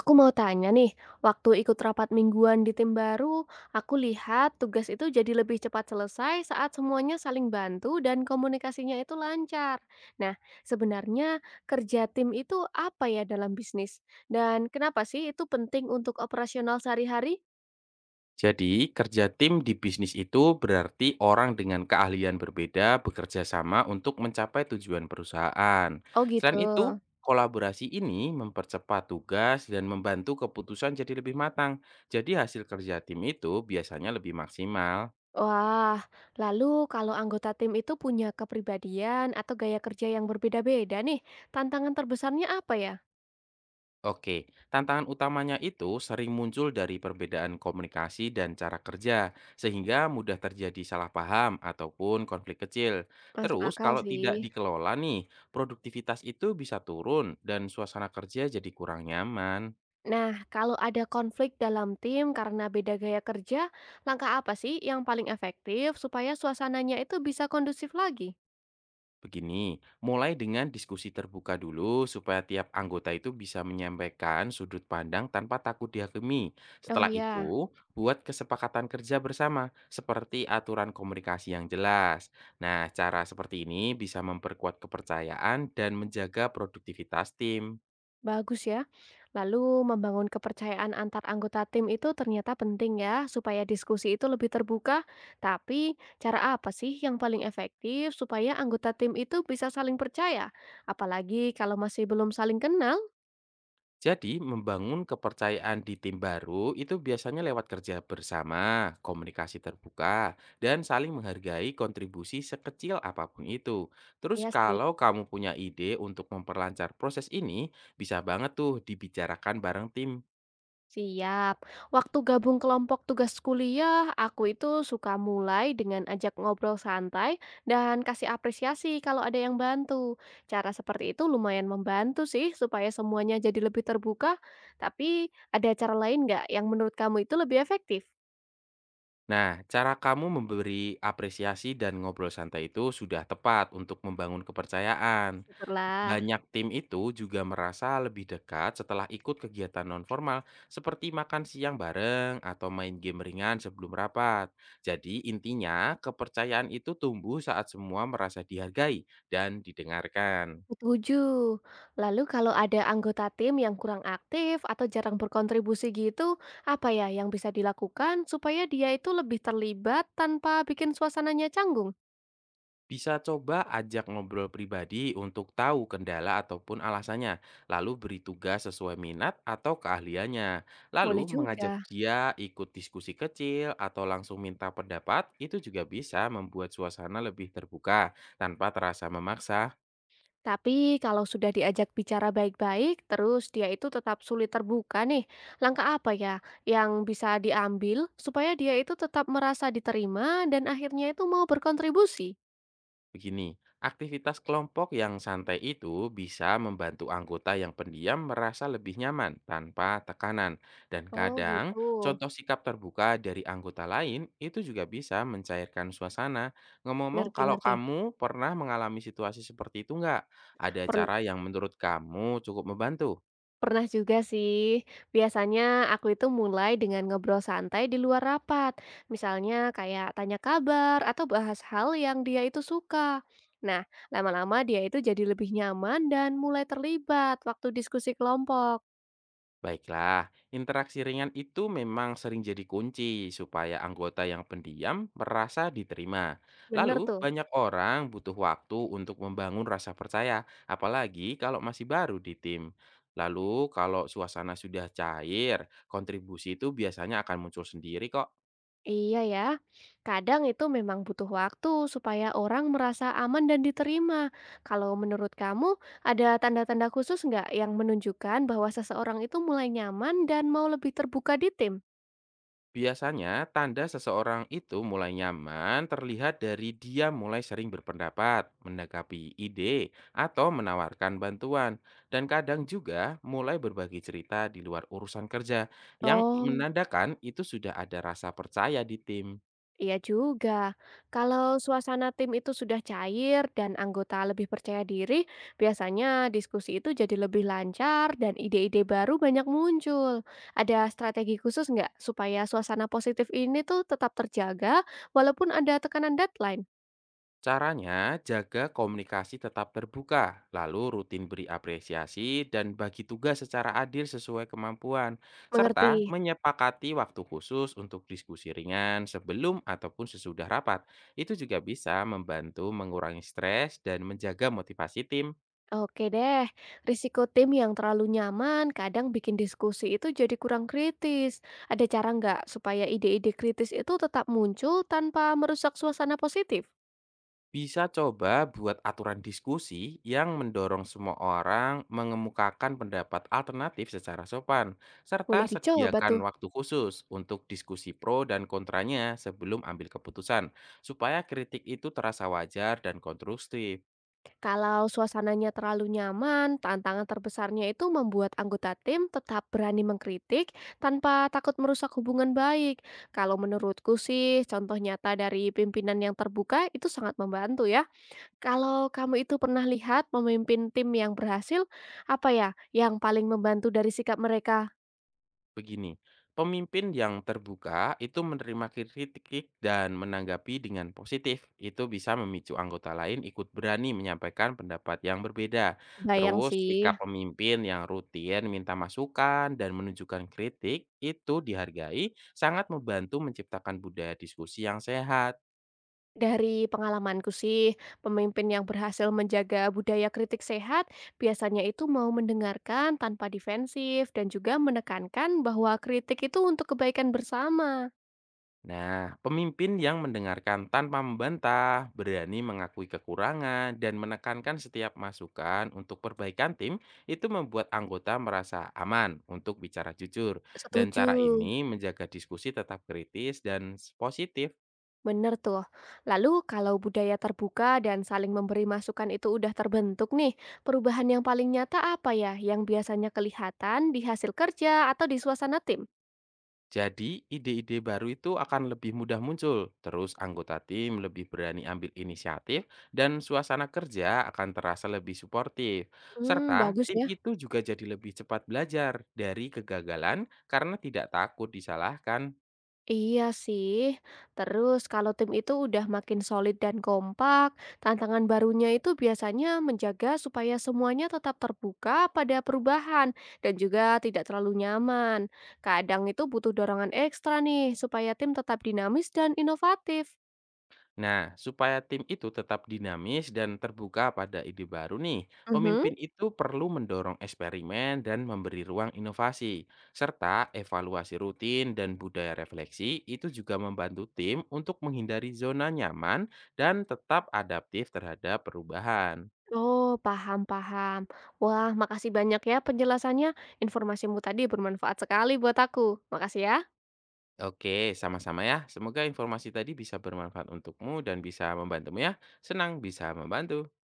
Aku mau tanya nih, waktu ikut rapat mingguan di tim baru, aku lihat tugas itu jadi lebih cepat selesai saat semuanya saling bantu dan komunikasinya itu lancar. Nah, sebenarnya kerja tim itu apa ya dalam bisnis? Dan kenapa sih itu penting untuk operasional sehari-hari? Jadi, kerja tim di bisnis itu berarti orang dengan keahlian berbeda bekerja sama untuk mencapai tujuan perusahaan. Oh gitu. Selain itu, kolaborasi ini mempercepat tugas dan membantu keputusan jadi lebih matang. Jadi, hasil kerja tim itu biasanya lebih maksimal. Wah, lalu kalau anggota tim itu punya kepribadian atau gaya kerja yang berbeda-beda nih, tantangan terbesarnya apa ya? Oke, tantangan utamanya itu sering muncul dari perbedaan komunikasi dan cara kerja, sehingga mudah terjadi salah paham ataupun konflik kecil. Masuk Terus, akal kalau sih. tidak dikelola nih, produktivitas itu bisa turun dan suasana kerja jadi kurang nyaman. Nah, kalau ada konflik dalam tim karena beda gaya kerja, langkah apa sih yang paling efektif supaya suasananya itu bisa kondusif lagi? Begini, mulai dengan diskusi terbuka dulu supaya tiap anggota itu bisa menyampaikan sudut pandang tanpa takut dihakimi. Oh Setelah iya, itu, buat kesepakatan kerja bersama seperti aturan komunikasi yang jelas. Nah, cara seperti ini bisa memperkuat kepercayaan dan menjaga produktivitas tim. bagus ya. Lalu membangun kepercayaan antar anggota tim itu ternyata penting ya, supaya diskusi itu lebih terbuka. Tapi cara apa sih yang paling efektif supaya anggota tim itu bisa saling percaya? Apalagi kalau masih belum saling kenal? Jadi, membangun kepercayaan di tim baru itu biasanya lewat kerja bersama, komunikasi terbuka, dan saling menghargai kontribusi sekecil apapun itu. Terus Iya sih. kalau kamu punya ide untuk memperlancar proses ini, bisa banget tuh dibicarakan bareng tim. Siap. Waktu gabung kelompok tugas kuliah, aku itu suka mulai dengan ajak ngobrol santai dan kasih apresiasi kalau ada yang bantu. Cara seperti itu lumayan membantu sih supaya semuanya jadi lebih terbuka. Tapi ada cara lain nggak yang menurut kamu itu lebih efektif? Nah, cara kamu memberi apresiasi dan ngobrol santai itu sudah tepat untuk membangun kepercayaan. Syukurlah. Banyak tim itu juga merasa lebih dekat setelah ikut kegiatan nonformal seperti makan siang bareng atau main game ringan sebelum rapat. Jadi intinya kepercayaan itu tumbuh saat semua merasa dihargai dan didengarkan. Setuju. Lalu kalau ada anggota tim yang kurang aktif atau jarang berkontribusi gitu, apa ya yang bisa dilakukan supaya dia itu lebih terlibat tanpa bikin suasananya canggung? Bisa coba ajak ngobrol pribadi untuk tahu kendala ataupun alasannya, lalu beri tugas sesuai minat atau keahliannya. Lalu Boleh juga. mengajak dia ikut diskusi kecil atau langsung minta pendapat, itu juga bisa membuat suasana lebih terbuka tanpa terasa memaksa. Tapi kalau sudah diajak bicara baik-baik, terus dia itu tetap sulit terbuka nih, langkah apa ya yang bisa diambil supaya dia itu tetap merasa diterima dan akhirnya itu mau berkontribusi? Begini, aktivitas kelompok yang santai itu bisa membantu anggota yang pendiam merasa lebih nyaman tanpa tekanan. Dan Oh kadang, gitu, contoh sikap terbuka dari anggota lain itu juga bisa mencairkan suasana. Ngomong-ngomong, kalau ngerti-ngerti. kamu pernah mengalami situasi seperti itu nggak? Ada cara yang menurut kamu cukup membantu? Pernah juga sih. Biasanya aku itu mulai dengan ngobrol santai di luar rapat. Misalnya kayak tanya kabar atau bahas hal yang dia itu suka. Nah, lama-lama dia itu jadi lebih nyaman dan mulai terlibat waktu diskusi kelompok. Baiklah, interaksi ringan itu memang sering jadi kunci supaya anggota yang pendiam merasa diterima. Bener Lalu, tuh. banyak orang butuh waktu untuk membangun rasa percaya, apalagi kalau masih baru di tim. Lalu, kalau suasana sudah cair, kontribusi itu biasanya akan muncul sendiri kok. Iya ya. Kadang itu memang butuh waktu supaya orang merasa aman dan diterima. Kalau menurut kamu, ada tanda-tanda khusus nggak yang menunjukkan bahwa seseorang itu mulai nyaman dan mau lebih terbuka di tim? Biasanya, tanda seseorang itu mulai nyaman terlihat dari dia mulai sering berpendapat, menanggapi ide, atau menawarkan bantuan, dan kadang juga mulai berbagi cerita di luar urusan kerja, yang Oh, menandakan itu sudah ada rasa percaya di tim. iya juga. Kalau suasana tim itu sudah cair dan anggota lebih percaya diri, biasanya diskusi itu jadi lebih lancar dan ide-ide baru banyak muncul. Ada strategi khusus nggak supaya suasana positif ini tuh tetap terjaga walaupun ada tekanan deadline? Caranya, jaga komunikasi tetap terbuka, lalu rutin beri apresiasi dan bagi tugas secara adil sesuai kemampuan, Mengerti. serta menyepakati waktu khusus untuk diskusi ringan sebelum ataupun sesudah rapat. Itu juga bisa membantu mengurangi stres dan menjaga motivasi tim. Oke deh, risiko tim yang terlalu nyaman kadang bikin diskusi itu jadi kurang kritis. Ada cara nggak supaya ide-ide kritis itu tetap muncul tanpa merusak suasana positif? Bisa coba buat aturan diskusi yang mendorong semua orang mengemukakan pendapat alternatif secara sopan, serta Boleh dicoba sediakan tuh. waktu khusus untuk diskusi pro dan kontranya sebelum ambil keputusan, supaya kritik itu terasa wajar dan konstruktif. Kalau suasananya terlalu nyaman, tantangan terbesarnya itu membuat anggota tim tetap berani mengkritik tanpa takut merusak hubungan baik. Kalau menurutku sih, contoh nyata dari pimpinan yang terbuka itu sangat membantu ya. Kalau kamu itu pernah lihat memimpin tim yang berhasil, apa ya yang paling membantu dari sikap mereka? Begini, pemimpin yang terbuka itu menerima kritik dan menanggapi dengan positif. Itu bisa memicu anggota lain ikut berani menyampaikan pendapat yang berbeda. Bayang Terus, sih. sikap pemimpin yang rutin minta masukan dan menunjukkan kritik itu dihargai sangat membantu menciptakan budaya diskusi yang sehat. Dari pengalamanku sih, pemimpin yang berhasil menjaga budaya kritik sehat biasanya itu mau mendengarkan tanpa defensif dan juga menekankan bahwa kritik itu untuk kebaikan bersama. Nah, pemimpin yang mendengarkan tanpa membantah, berani mengakui kekurangan, dan menekankan setiap masukan untuk perbaikan tim itu membuat anggota merasa aman untuk bicara jujur. Dan Setuju. cara ini menjaga diskusi tetap kritis dan positif. Bener tuh. Lalu kalau budaya terbuka dan saling memberi masukan itu udah terbentuk nih, perubahan yang paling nyata apa ya yang biasanya kelihatan di hasil kerja atau di suasana tim? Jadi, ide-ide baru itu akan lebih mudah muncul, terus anggota tim lebih berani ambil inisiatif, dan suasana kerja akan terasa lebih suportif. Hmm, Serta, bagus tim ya. itu juga jadi lebih cepat belajar dari kegagalan karena tidak takut disalahkan. Iya sih. Terus kalau tim itu udah makin solid dan kompak, tantangan barunya itu biasanya menjaga supaya semuanya tetap terbuka pada perubahan dan juga tidak terlalu nyaman. Kadang itu butuh dorongan ekstra nih supaya tim tetap dinamis dan inovatif. Nah, supaya tim itu tetap dinamis dan terbuka pada ide baru nih, Mhm. pemimpin itu perlu mendorong eksperimen dan memberi ruang inovasi, serta evaluasi rutin dan budaya refleksi itu juga membantu tim untuk menghindari zona nyaman dan tetap adaptif terhadap perubahan. Oh, paham-paham. Wah, makasih banyak ya penjelasannya. Informasimu tadi bermanfaat sekali buat aku. Makasih ya. Oke, sama-sama ya. Semoga informasi tadi bisa bermanfaat untukmu dan bisa membantumu ya. Senang bisa membantu.